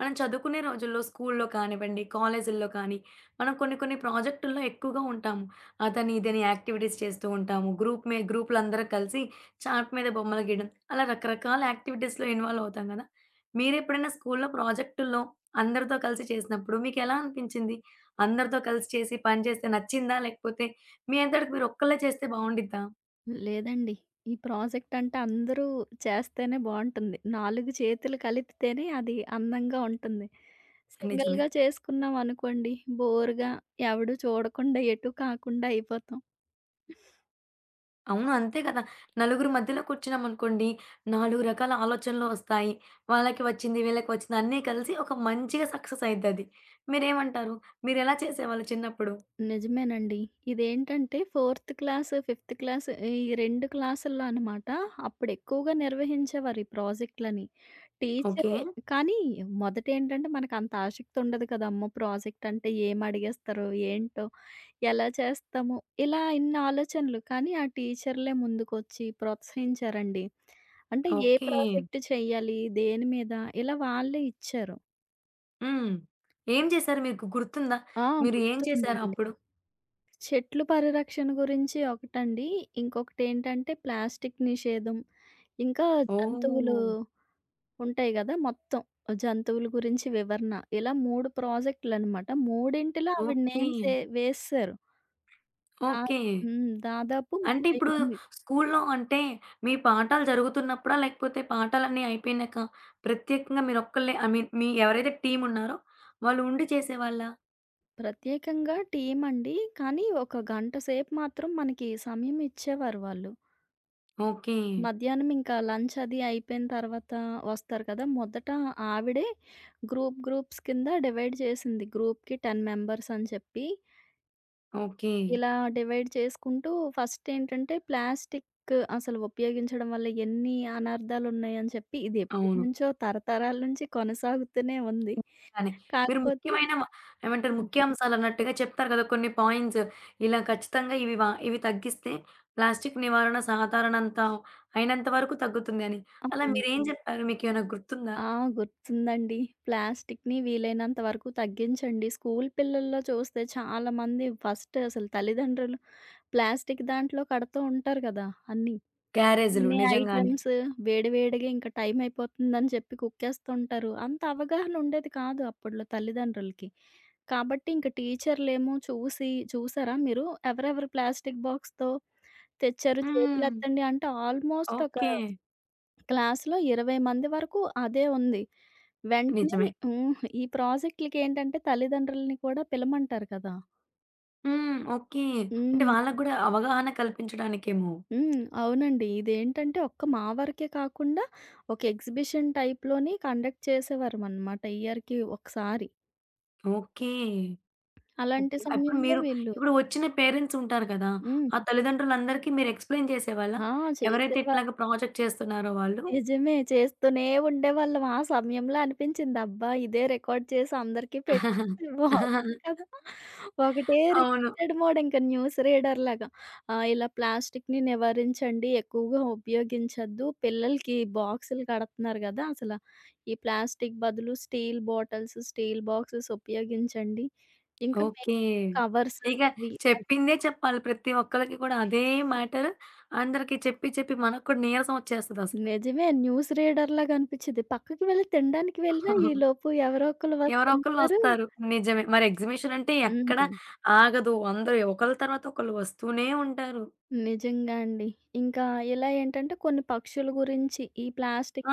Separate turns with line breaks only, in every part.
మనం చదువుకునే రోజుల్లో స్కూల్లో కానివ్వండి, కాలేజీల్లో కానీ, మనం కొన్ని కొన్ని ప్రాజెక్టుల్లో ఎక్కువగా ఉంటాము. అదని, ఇదని యాక్టివిటీస్ చేస్తూ ఉంటాము. మీ గ్రూప్‌లందరూ కలిసి చార్ట్ మీద బొమ్మలు గీయడం, అలా రకరకాల యాక్టివిటీస్‌లో ఇన్వాల్వ్ అవుతాం కదా! మీరెప్పుడైనా స్కూల్లో ప్రాజెక్టుల్లో అందరితో కలిసి చేసినప్పుడు మీకెలా అనిపించింది? అందరితో కలిసి చేసి పని చేస్తే నచ్చిందా? లేకపోతే మీ అంతటికి మీరు ఒక్కళ్ళే చేస్తే బావుండిద్దా?
లేదండి. ఈ ప్రాజెక్ట్ అంటే అందరూ చేస్తేనే బావుంటుంది. 4 చేతులు కలిపితేనే అది అందంగా ఉంటుంది.
నిజమే.
సింగిల్‌గా చేసుకున్నాం అనుకోండి, బోరుగా ఎవడు చూడకుండా ఎటు కాకుండా అయిపోతాం.
అవును. అంతే కదా! నలుగురు మధ్యలో కూర్చున్నామనుకోండి, నాలుగు రకాల ఆలోచనలు వస్తాయి. వాళ్ళకి వచ్చింది, వీళ్ళకి వచ్చింది అన్నీ కలిసి ఒక మంచిగా సక్సెస్ అయిద్దది. మీరేమంటారు? మీరెలా చేసేవాళ్ళు చిన్నప్పుడు?
నిజమేనండి. ఇదేంటంటే ఫోర్త్ క్లాస్, ఫిఫ్త్ క్లాస్ ఈ 2 క్లాసుల్లో అనమాట. అప్పుడు ఎక్కువగా నిర్వహించేవారు ఈ ప్రాజెక్ట్‌లని.
ఓకే.
టీచరే. కానీ మొదటేంటంటే మనకంత ఆసక్తి ఉండదు కదా! అమ్మో! ప్రాజెక్ట్ అంటే ఏమడిగేస్తారో? ఏంటో? ఎలా చేస్తాము? ఇలా ఇన్ని ఆలోచనలు. కానీ ఆ టీచర్లే ముందుకొచ్చి ప్రోత్సహించారండి. అంటే ఏ
ఓకే.
ప్రాజెక్ట్ చెయ్యాలి? దేని మీద? ఇలా వాళ్ళే ఇచ్చారు.
హ్మ్. ఏం చేశారు మీకు గుర్తుందా?
ఆ!
మీరు ఏం చేశారు
గుర్తుందండి.
అప్పుడు?
చెట్లు పరిరక్షణ గురించి ఒకటండి. ఇంకొకటేంటంటే ప్లాస్టిక్ నిషేధం. ఇంకా జంతువులు
ఓహ్!
ఉంటాయి గదా! మొత్తం జంతువుల గురించి వివరణ. ఇలా 3 ప్రాజెక్ట్‌లనమాట. మూడింటిలో ఆవిడ
ఓకే.
నేమ్సే వేసేశారు. దా
ఓకే.
దాదాపు
అంటే
30
ఇప్పుడు
మంది.
స్కూల్లో అంటే, మీ పాఠాలు జరుగుతున్నప్పుడా? లేకపోతే పాఠాలన్నీ అయిపోయినాక ప్రత్యేకంగా మీరొక్కళ్ళే ఐ మీన్ మీ ఎవరైతే టీమ్ ఉన్నారో వాళ్ళు ఉండి చేసేవాళ్ళా?
ప్రత్యేకంగా టీమండి. కానీ ఒక గంట సేపు మాత్రం మనకి సమయం ఇచ్చేవారు వాళ్ళు.
ఓకే.
మధ్యాహ్నం ఇంకా లంచ్ అది అయిపోయిన తర్వాత వస్తారు కదా! మొదట ఆవిడే గ్రూప్స్ కింద డివైడ్ చేసింది. గ్రూప్‌కి 10 మెంబర్స్ అని చెప్పి
ఓకే.
ఇలా డివైడ్ చేసుకుంటూ ఫస్టేంటంటే ప్లాస్టిక్ అసలు ఉపయోగించడం వల్ల ఎన్ని అనర్థాలున్నాయని చెప్పి ఇది
అవును.
ఎప్పటినుంచో తరతరాల నుంచి కొనసాగుతూనే ఉంది.
కానీ మీరు
కాకపోతే
ముఖ్యమైన వ ఏమంటారు ముఖ్యాంశాలన్నట్టుగా చెప్తారు కదా! కొన్ని పాయింట్స్ ఇలా ఖచ్చితంగా ఇవి తగ్గిస్తే ప్లాస్టిక్ నివారణ అయినంత వరకు తగ్గుతుంది అని. అలా
అవును.
మీరేం చెప్పారు? మీకేమైనా గుర్తుందా?
ఆ! గుర్తుందండి. ప్లాస్టిక్‌ని వీలైనంత వరకు తగ్గించండి. స్కూల్ పిల్లల్లో చూస్తే చాలామంది ఫస్ట్ అసలు తల్లిదండ్రులు ప్లాస్టిక్ దాంట్లో కడుతూ ఉంటారు కదా! అన్ని.
గ్యారేజ్‌లు
తినే
నిజంగానే.
ఐటెమ్స్ వేడివేడిగా ఇంక టైం అయిపోతుందని చెప్పి కుక్కేస్తుంటారు. అంత అవగాహన ఉండేది కాదు అప్పట్లో తల్లిదండ్రులకి. కాబట్టి ఇంక టీచర్‌లేమో చూసి చూసారా మీరు? ఎవరెవరు ప్లాస్టిక్ బాక్స్‌తో తెచ్చారు
హ్మ్.
చేతులెత్తండి అంటే ఆల్మోస్ట్ ఒక
ఓకే.
క్లాస్‌లో 20 మంది వరకు అదే ఉంది. వెంటనే
నిజమే.
హ్మ్. ఈ ప్రాజెక్ట్‌లకేంటంటే తల్లిదండ్రులని కూడా పిలమంటారు కదా!
హ్మ్. ఓకే. అంటే
హ్మ్.
వాళ్ళకి గూడా అవగాహన కల్పించడానికేమో.
హ్మ్. అవునండి. ఇదేంటంటే ఒక్క మా వరకే కాకుండా ఒక ఎగ్జిబిషన్ టైప్‌లోని కండక్ట్ చేసేవారమనమాట ఇయర్‌కి ఒకసారి.
ఓకే.
అలాంటి
ఓకే. అప్పుడు
సమయంలో
మీరు
వీళ్ళు
ఇప్పుడు వచ్చిన పేరెంట్స్ ఉంటారు కదా! ఆ
హ్మ్.
తల్లిదండ్రులందరికీ మీరు ఎక్స్‌ప్లెయిన్ చేసేవాళ్ళా?
ఆ!
ఎవరైతే
చేసేవారు.
ఇట్లాగ ప్రాజెక్ట్ చేస్తున్నారో వాళ్ళు?
నిజమే. చేస్తూనే ఉండేవాళ్ళం. ఆ సమయంలో అనిపించింది, అబ్బా! ఇదే రికార్డ్ చేసి అందరికీ పెట్టేస్తే బాగుండు కదా! ఒకటే
అవును.
రిపీటెడ్ మోడ్ ఇంక న్యూస్ రీడర్ లాగా. ఆహ్, ఇలా ప్లాస్టిక్‌ని నివారించండి, ఎక్కువగా ఉపయోగించొద్దు. పిల్లలకి బాక్సులు కడుతున్నారు కదా! అసల ఈ ప్లాస్టిక్ బదులు స్టీల్ బాటిల్స్, స్టీల్ బాక్సెస్ ఉపయోగించండి. ఇంకా
ఓకే.
కవర్స్
ఇక
అవి.
చెప్పిందే చెప్పాలి. ప్రతి ఒక్కళ్ళకి కూడా అదే మ్యాటర్ అందరికి చెప్పి చెప్పి మనకు కూడా నీరసం వచ్చేస్తదసలు.
నిజమే. న్యూస్ రీడర్‌లాగా అనిపించిద్ది. పక్కకి వెళ్లి తినడానికి వెళ్ళినా ఈలోపు ఎవరో ఒకళ్ళు
ఎవరో
వస్తుంటారు.
ఒకళ్ళొస్తారు. నిజమే. మరి ఎగ్జిబిషన్ అంటే ఎక్కడ
హ్మ్.
ఆగదు. అందరూ ఒకళ్ళ తర్వాత ఒకళ్ళు వస్తూనే ఉంటారు.
నిజంగా అండి. ఇంకా ఇలా ఏంటంటే కొన్ని పక్షుల గురించి ఈ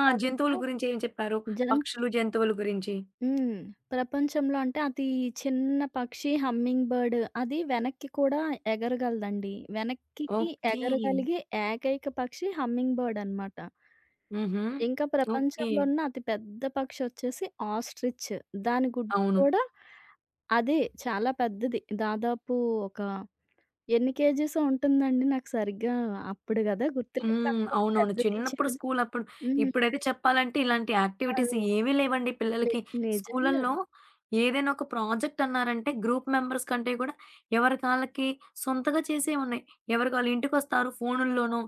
ఆ! జంతువుల గురించి ఏం చెప్పారు?
జన్
పక్షులు, జంతువుల గురించి.
హ్మ్. ప్రపంచంలో అంటే అతి చిన్న పక్షి హమ్మింగ్ బర్డ్ అది వెనక్కి కూడా ఎగరగలదండి. వెనక్కికి
ఓకే.
ఎగరగలిగే ఏకైక పక్షి హమ్మింగ్ బర్డ్ అనమాట.
హుహు.
ఇంకా
ఓకే.
ప్రపంచంలో ఉన్న అతి పెద్ద పక్షి వచ్చేసి ఆస్ట్రిచ్. దాని గుడ్డు
అవును.
కూడా అదే చాలా పెద్దది. దాదాపు ఒక ఎన్ని కేజీసో ఉంటుందండి. నాకు సరిగ్గా అప్పుడు గదా గుర్తులేదు.
హ్మ్.
కాకపోతే
అవునవును.
పెద్దది,
చిన్నప్పుడు
చిన్నది.
స్కూలప్పుడు
హ్మ్.
ఇప్పుడైతే చెప్పాలంటే ఇలాంటి యాక్టివిటీస్
అదే.
ఏమీ లేవండి
లే
పిల్లలకి.
నిజంగా.
స్కూలల్లో ఏదైనా ఒక ప్రాజెక్ట్ అన్నారంటే గ్రూప్ మెంబర్స్ కంటే కూడా ఎవరికి ఆళ్ళకి సొంతగా చేసేవి ఉన్నాయి. ఎవరికి ఆళ్ళు ఇంటికొస్తారు ఫోనుల్లోనో,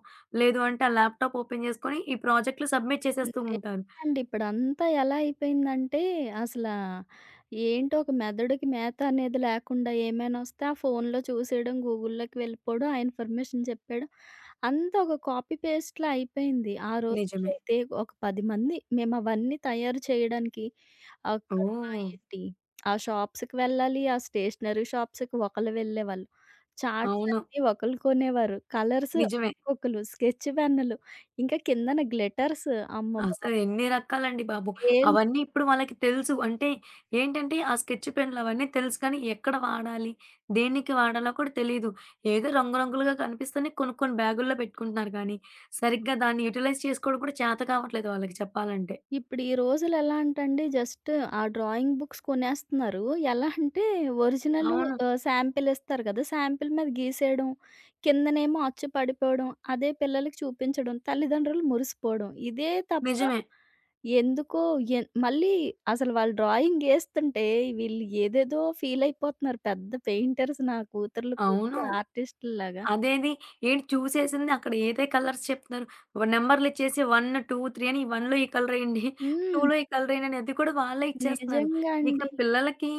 లేదు అంటే ఆ ల్యాప్‌టాప్ ఓపెన్ చేసుకొని ఈ ప్రాజెక్ట్‌లు సబ్మిట్ చేసేస్తూ
నిజమే
ఉంటారు.
అండి. ఇప్పుడంతా ఎలా అయిపోయిందంటే, అసలా ఏంటో ఒక మెదడుకి మేత అనేది లేకుండా ఏమైనా వస్తే, ఆ ఫోన్‌లో చూసేయడం, గూగుల్‌లోకి వెళ్ళిపోవడం, ఆ ఇన్ఫర్మేషన్ చెప్పేయడం. అంతా ఒక కాపీ పేస్ట్‌లా అయిపోయింది. ఆ రోజుల్లో
నిజమే.
అయితే ఒక 10 మంది మేము అవన్నీ తయారు చేయడానికి అక్కడ
ఓహ్!
ఏంటి, ఆ షాప్స్‌కి వెళ్ళాలి, ఆ స్టేషనరీ షాప్స్‌కి ఒకళ్ళు వెళ్ళేవాళ్ళు. చార్ట్స్
అవును.
అన్నీ ఒకళ్ళు కొనేవారు. కలర్స్
నిజమే.
ఒక్కొక్కలు, స్కెచ్ పెన్నులు, ఇంకా కిందన గ్లిటర్స్. అమ్మ
అసలు ఎన్ని రకాలండి బాబు!
బాబోయ్!
అవన్నీ ఇప్పుడు వాళ్ళకి తెలుసు. అంటే ఏంటంటే, ఆ స్కెచ్ పెన్‌లు అవన్నీ తెలుసు కానీ, ఎక్కడ వాడాలి? దేనికి వాడాలో కూడా తెలీదు. ఏదో రంగురంగులుగా కనిపిస్తేనే కొనుక్కొని బ్యాగుల్లో పెట్టుకుంటున్నారు కానీ, సరిగ్గా దాన్ని యుటిలైజ్ చేసుకోవడం కూడా చేత కావట్లేదు వాళ్ళకి చెప్పాలంటే.
ఇప్పుడు ఈ రోజుల్లో ఎలా అంటండి, జస్ట్ ఆ డ్రాయింగ్ బుక్స్ కొనేస్తున్నారు. ఎలా అంటే ఒరిజినల్
అవును.
ఆహ్, శాంపిల్ ఇస్తారు కదా! శాంపిల్ మీద గీసేయడం, కిందనేమో అచ్చు పడిపోవడం, అదే పిల్లలకి చూపించడం, తల్లిదండ్రులు మురిసిపోవడం. ఇదే తప్ప
నిజమే.
ఎందుకో మళ్ళీ అసలు వాళ్ళు డ్రాయింగ్ ఏస్తుంటే వీళ్ళు ఏదేదో ఫీల్ అయిపోతున్నారు. పెద్ద పెయింటర్స్ నా కూతుర్లు,
అవును.
కొడుకులు ఆర్టిస్టుల్లాగా.
అదేది. ఏంటి చూసేసింది అక్కడ ఏదే కలర్స్ చెప్తున్నారు. నంబర్‌లిచ్చేసి 1, 2, 3 అని 1లో ఈ కలరేయండి,
హ్మ్.
2లో ఈ కలరేయండి అని అది కూడా వాళ్ళే ఇచ్చేస్తున్నారు.
నిజంగా
ఇక
అండి.
పిల్లలకి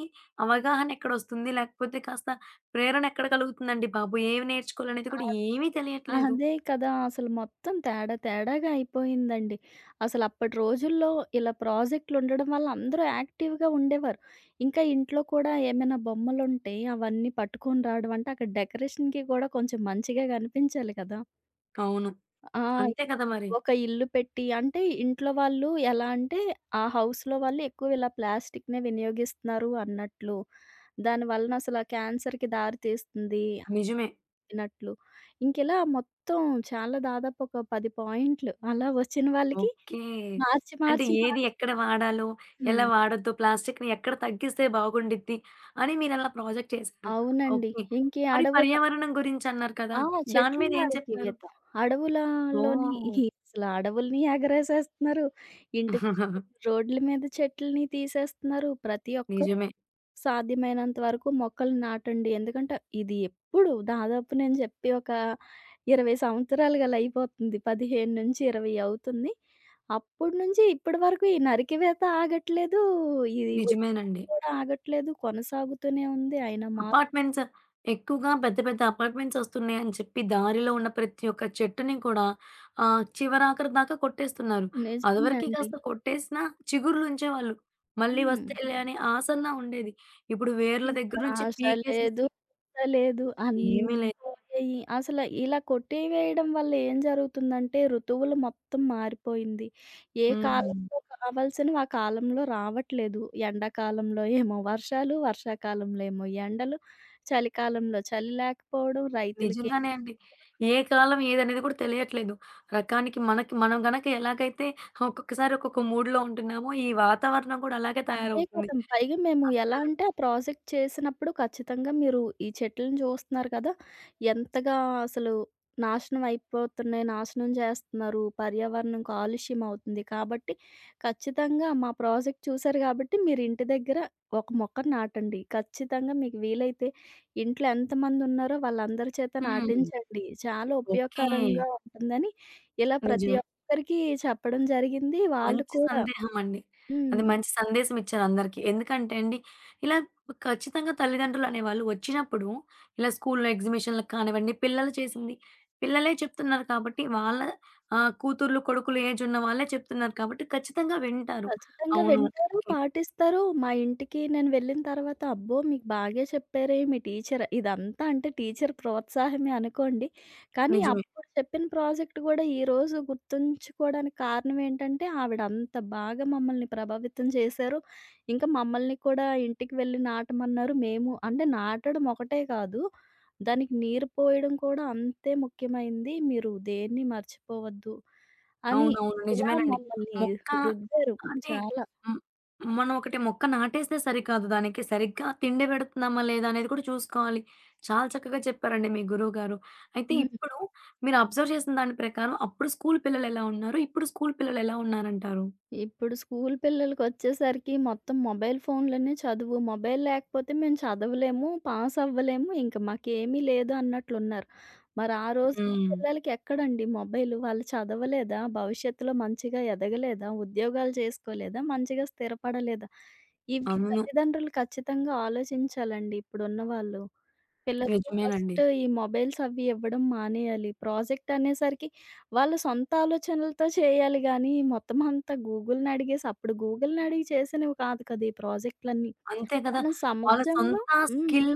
అవగాహన ఎక్కడొస్తుంది? లేకపోతే కాస్త ప్రేరణ ఎక్కడ కలుగుతుందండి బాబు? ఏమి నేర్చుకోవాలనేది
ఆ!
కూడా ఏమీ తెలియట్లేదు.
అదే కదా! అసలు మొత్తం తేడా తేడాగా అయిపోయిందండి. అసలు అప్పటి రోజుల్లో ఇలా ప్రాజెక్ట్‌లుండడం వల్ల అందరూ యాక్టివ్‌గా ఉండేవారు. ఇంకా ఇంట్లో కూడా ఏమైనా బొమ్మలుంటే అవన్నీ పట్టుకొని రావడం అంటే అక్కడ డెకరేషన్‌కి కూడా కొంచెం మంచిగా కనిపించాలి కదా!
అవును.
ఆ!
అంతే కదా మరి.
ఒక ఇల్లు పెట్టి అంటే ఇంట్లో వాళ్ళు ఎలా అంటే, ఆ హౌస్‌లో వాళ్ళు ఎక్కువ ఇలా ప్లాస్టిక్‌నే వినియోగిస్తున్నారు అన్నట్లు. దాని వలన అసల క్యాన్సర్‌కి దారి తీస్తుంది
నిజమే.
అన్నట్లు. ఇంకిలా మొత్తం చాలా దాదాపు ఒక 10 పాయింట్లు అలా వచ్చిన వాళ్ళకి
ఓకే.
మార్చి,
అంటే
మార్చి,
ఏది
మార్చి
ఎక్కడ వాడాలో, ఎలా
హ్మ్.
వాడొద్దు, ప్లాస్టిక్‌ని ఎక్కడ తగ్గిస్తే బాగుండిద్ది అని మీరలా ప్రాజెక్ట్ చేశారు.
అవునండి.
ఓకే.
ఇంకీ
మరి
అడవుల
పర్యావరణం గురించన్నారు కదా!
ఆ!
దాని
చెట్లు
మీద ఏం చెప్పారు?
నరికివేత. అడవులలోని
ఓహ్!
అసల అడవుల్ని ఎగరేసేస్తున్నారు. ఇంటి రోడ్ల మీద చెట్లని తీసేస్తున్నారు. ప్రతి ఒక్క
నిజమే.
సాధ్యమైనంత వరకు మొక్కలు నాటండి. ఎందుకంటే, ఇది ఎప్పుడు దాదాపు నేను చెప్పి ఒక 20 సంవత్సరాలు గల అయిపోతుంది. 15-20 అవుతుంది. అప్పటి నుంచి ఇప్పటి వరకు ఈ నరికివేత ఆగట్లేదు. ఇది ఉద్యమం
నిజమేనండి.
కూడా ఆగట్లేదు. కొనసాగుతూనే ఉంది. అయినా మార్పు
అపార్ట్‌మెంట్స్ ఎక్కువగా పెద్ద పెద్ద అపార్ట్‌మెంట్స్ ఒస్తున్నాయని చెప్పి దారిలో ఉన్న ప్రతి ఒక్క చెట్టుని కూడా ఆహ్, చివరాఖరి దాకా కొట్టేస్తున్నారు.
నిజమే
అదివరకి
అండి.
కాస్త కొట్టేసినా చిగుర్లుంచేవాళ్ళు. మళ్ళీ
హ్మ్.
వస్తాయిలే అనే ఆసన్న ఉండేది. ఇప్పుడు వేర్ల దగ్గర నుంచి
ధ్రాస లేదు,
పీకేసేసి
పూస లేదు అన్నీ
ఏమీ లేదు.
పోయాయి. అసల ఇలా కొట్టివేయడం వల్ల ఏం జరుగుతుందంటే, ఋతువులు మొత్తం మారిపోయింది. ఏ
హ్మ్.
కాలంలో కావాల్సినవి ఆ కాలంలో రావట్లేదు. ఎండాకాలంలో ఏమో వర్షాలు, వర్షాకాలంలో ఏమో ఎండలు, చలికాలంలో చలి లేకపోవడం, రైతులకేమో.
నిజంగానే అండి. ఏ కాలం ఏదనేది కూడా తెలియట్లేదు. రకానికి మనకి మనం గనక ఎలాగైతే ఒక్కొక్కసారి ఒక్కొక్క మూడ్‌లో ఉంటున్నామో ఈ వాతావరణం కూడా అలాగే
అదే
తయారవుతుంది.
కదా! పైగా మేము ఎలా
అస్సల
అంటే ఆ ప్రాజెక్ట్ చేసినప్పుడు ఖచ్చితంగా మీరు ఈ చెట్లను చూస్తున్నారు కదా! ఎంతగా అసలు నాశనం అయిపోతున్నాయి, నాశనం చేస్తున్నారు, పర్యావరణం కాలుష్యం అవుతుంది. కాబట్టి ఖచ్చితంగా మా ప్రాజెక్ట్ చూసారు కాబట్టి మీరు ఇంటి దగ్గర ఒక మొక్కను నాటండి. ఖచ్చితంగా మీకు వీలైతే ఇంట్లో ఎంతమంది ఉన్నారో వాళ్ళందరి చేత
హ్మ్.
నాటించండి. చాలా
ఓకే.
ఉపయోగకరంగా ఉంటుందని ఇలా ప్రతి
నిజమే.
ఒక్కరికి చెప్పడం జరిగింది. వాళ్ళు
మంచి
కూడా
సందేహం అండి. అది
హ్మ్.
మంచి సందేశం ఇచ్చారు అందరికి. ఎందుకంటే అండి, ఇలా ఖచ్చితంగా తల్లిదండ్రులు అనేవాళ్ళు వచ్చినప్పుడు, ఇలా స్కూల్‌లో ఎగ్జిబిషన్‌లకు కానివ్వండి, పిల్లలు చేసింది పిల్లలే చెప్తున్నారు కాబట్టి, వాళ్ళ ఆహ్, కూతుర్లు, కొడుకులు ఏజ్ ఉన్న వాళ్ళే చెప్తున్నారు కాబట్టి, ఖచ్చితంగా వింటారు.
ఖచ్చితంగా
అవును.
వింటారు,
ఓకే.
పాటిస్తారు. మా ఇంటికి నేను వెళ్ళిన తర్వాత, "అబ్బో! మీకు బాగే చెప్పారే మీ టీచర్." ఇదంతా అంటే టీచర్ ప్రోత్సాహమే అనుకోండి. కానీ
నిజమే.
అప్పుడు చెప్పిన ప్రాజెక్ట్ గూడా ఈరోజు గుర్తుంచుకోవడానికి కారణం ఏంటంటే, ఆవిడ అంత బాగా మమ్మల్ని ప్రభావితం చేశారు. ఇంకా మమ్మల్ని కూడా ఇంటికి వెళ్ళి నాటమన్నారు. మేము అంటే నాటడం ఒకటే కాదు, దానికి నీరు పోయడం కూడా అంతే ముఖ్యమైంది. మీరు దేన్ని మర్చిపోవద్దు అని
అవునవును.
ఇలా
నిజమేనండి.
మమ్మల్ని
మొక్క
రుద్దారు
అంటే
చాలా.
హ్మ్. మనం ఒకటి మొక్క నాటేస్తే సరికాదు. దానికి సరిగ్గా తిండి పెడుతున్నామా లేదా అనేది కూడా చూసుకోవాలి. చాలా చక్కగా చెప్పారండి మీ గురువుగారు. అయితే
హ్మ్.
ఇప్పుడు మీరు అబ్జర్వ్ చేసిన దాని ప్రకారం అప్పుడు స్కూల్ పిల్లలెలా ఉన్నారు? ఇప్పుడు స్కూల్ పిల్లలెలా ఉన్నారంటారు?
ఇప్పుడు స్కూల్ పిల్లలకొచ్చేసరికి మొత్తం మొబైల్ ఫోన్‌లోనే చదువు. మొబైల్ లేకపోతే మేము చదవలేము, పాస్ అవ్వలేము, ఇంక మాకేమీ లేదు అన్నట్లున్నారు. మరి ఆ రోజుల్లో
హ్మ్.
పిల్లలకి ఎక్కడండి మొబైలు? వాళ్ళు చదవలేదా? భవిష్యత్తులో మంచిగా ఎదగలేదా? ఉద్యోగాలు చేసుకోలేదా? మంచిగా స్థిరపడలేదా? ఇవి
అవును.
తల్లిదండ్రులు ఖచ్చితంగా ఆలోచించాలండి ఇప్పుడున్న వాళ్ళు. పిల్లలకి
నిజమేనండి.
ఫస్ట్ ఈ మొబైల్స్ అవి ఇవ్వడం మానేయాలి. ప్రాజెక్ట్ అనేసరికి వాళ్ళ సొంత ఆలోచనలతో చేయాలి గానీ, మొత్తం అంతా గూగుల్‌ని అడిగేసి అప్పుడు గూగుల్‌ని అడిగి చేసినవి కాదు కదా! ఈ ప్రాజెక్ట్‌లన్నీ.
అంతే కదా!
మనం
వాళ్ళ
సమాజంలో
సొంత
హ్మ్.
స్కిల్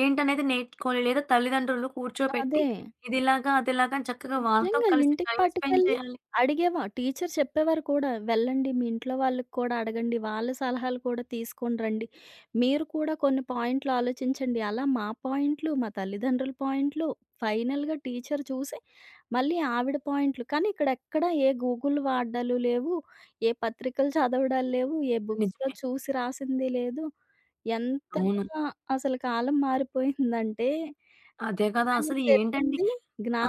ఏంటనేది నేర్చుకోవాలి. లేదా తల్లిదండ్రులు కూర్చోపెట్టి
అదే.
ఇదిలాగా, అదిలాగా అని చక్కగా వాళ్ళతో
నిజంగా
కలిసి
ఇంటికి
టైమ్ స్పెండ్
పట్టుకెళ్ళి
చేయాలి.
అడిగేవా? టీచర్ చెప్పేవారు కూడా, "వెళ్ళండి మీ ఇంట్లో వాళ్ళకి కూడా అడగండి. వాళ్ళ సలహాలు కూడా తీసుకొని రండి. మీరు కూడా కొన్ని పాయింట్లు ఆలోచించండి." అలా మా పాయింట్లు, మా తల్లిదండ్రుల పాయింట్లు, ఫైనల్‌గా టీచర్ చూసి మళ్ళీ ఆవిడ పాయింట్లు. కానీ ఇక్కడెక్కడ ఏ గూగుల్ వాడ్డాలు లేవు. ఏ పత్రికలు చదవడాలు లేవు. ఏ బుక్స్‌లో
నిజమే.
చూసి రాసింది లేదు.
అవును.
ఎంతగా అసలు కాలం మారిపోయిందంటే
అదే కదా!
జ్ఞానం
అసలు ఏంటండి
పెరిగింది.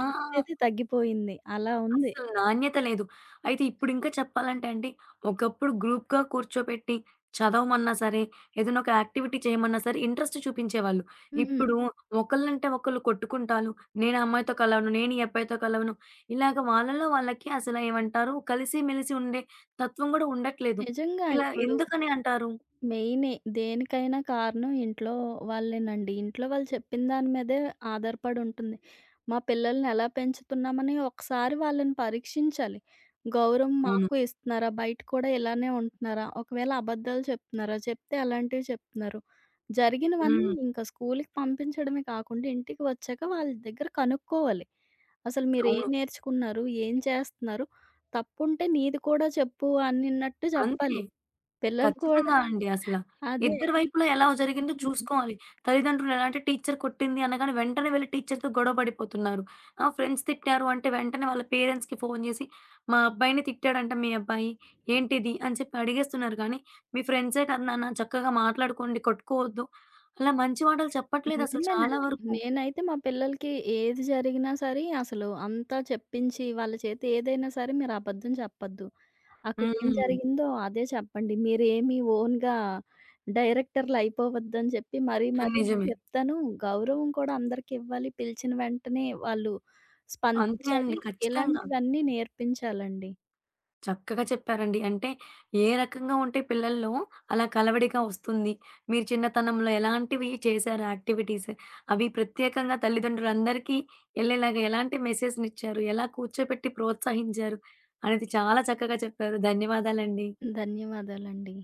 ఆ!
తగ్గిపోయింది. అలా ఉంది.
అస్సలు నాణ్యత లేదు. అయితే ఇప్పుడింకా చెప్పాలంటే అండి, ఒకప్పుడు గ్రూప్‌గా కూర్చోబెట్టి చదవమన్నా సరే, ఏదైనా ఒక యాక్టివిటీ చేయమన్నా సరే ఇంట్రెస్ట్ చూపించేవాళ్ళు.
హుహు.
ఇప్పుడు ఒకళ్ళంటే ఒకళ్ళు కొట్టుకుంటాలు. నేను ఆ అమ్మాయితో కలవను, నేను ఈ అబ్బాయితో కలవను. ఇలాగ వాళ్ళలో వాళ్ళకి అసలు ఏమంటారు కలిసి మెలిసి ఉండే తత్వం కూడా ఉండట్లేదు.
నిజంగా
ఇలా
ఇప్పుడు
ఎందుకని అంటారు?
మెయినే దేనికైనా కారణం ఇంట్లో వాళ్ళేనండి. ఇంట్లో వాళ్ళు చెప్పిన దాని మీదే ఆధారపడి ఉంటుంది. మా పిల్లల్ని ఎలా పెంచుతున్నామని ఒకసారి వాళ్ళని పరీక్షించాలి. గౌరవం
అవును.
మాకు ఇస్తున్నారా? బయట కూడా ఇలానే ఉంటున్నారా? ఒకవేళ అబద్ధాలు చెప్తున్నారా? చెప్తే ఎలాంటివి చెప్తున్నారు? జరిగినవన్నీ
హ్మ్.
ఇంకా స్కూలుకి పంపించడమే కాకుండా ఇంటికి వచ్చాక వాళ్ళ దగ్గర కనుక్కోవాలి. అసలు మీరేం
అవును.
నేర్చుకున్నారు? ఏం చేస్తున్నారు? తప్పుంటే నీది కూడా చెప్పు అనిన్నట్టు
అంతే.
చెప్పాలి. పిల్లలు కూడా
ఖచ్చితంగా అండి అసల.
అదే.
ఇద్దరి వైపులా ఎలా జరిగిందో
హ్మ్.
చూసుకోవాలి. తల్లిదండ్రులు ఎలా అంటే టీచర్ కొట్టింది అనగానే వెంటనే వెళ్లి టీచర్‌తో గొడవ పడిపోతున్నారు. ఆహ్, ఫ్రెండ్స్ తిట్టారు అంటే వెంటనే వాళ్ళ పేరెంట్స్‌కి ఫోను చేసి, "మా అబ్బాయిని తిట్టాడంట మీ అబ్బాయి. ఏంటిది?" అని చెప్పి అడిగేస్తున్నారు కానీ, "మీ ఫ్రెండ్సే కదా నాన్న చక్కగా మాట్లాడుకోండి కొట్టుకోవద్దు." అలా మంచి మాటలు చెప్పట్లేదసలు చాలా
నిజమేనండి.
వరకు.
నేనైతే మా పిల్లలకి ఏది జరిగినా సరే అసలు అంతా చెప్పించి వాళ్ళ చేత ఏదైనా సరే మీరు అబద్ధం చెప్పొద్దు. అక్కడేం
హ్మ్.
జరిగిందో అదే చెప్పండి. మీరేమి ఓన్‌గా డైరెక్టర్‌లయిపోవద్దని చెప్పి మరీ మరీ
నిజమే.
చెప్తాను. గౌరవం కూడా అందరికివ్వాలి. పిలిచిన వెంటనే వాళ్ళు
అంతే అండి.
స్పందించాలి.
ఖచ్చితంగా.
ఇలాంటివన్నీ నేర్పించాలండి.
చక్కగా చెప్పారండి. అంటే ఏ రకంగా ఉంటే పిల్లల్లో అలా కలవడిగా వస్తుంది. మీరు చిన్నతనంలో ఎలాంటివి చేశారు యాక్టివిటీస్? అవి ప్రత్యేకంగా తల్లిదండ్రులందరికీ ఎళ్ళేలాగా ఎలాంటి మెసేజ్‌నిచ్చారు? ఎలా కూర్చోపెట్టి ప్రోత్సహించారు? అనేది చాలా చక్కగా చెప్పారు. ధన్యవాదాలండి.
ధన్యవాదాలండి.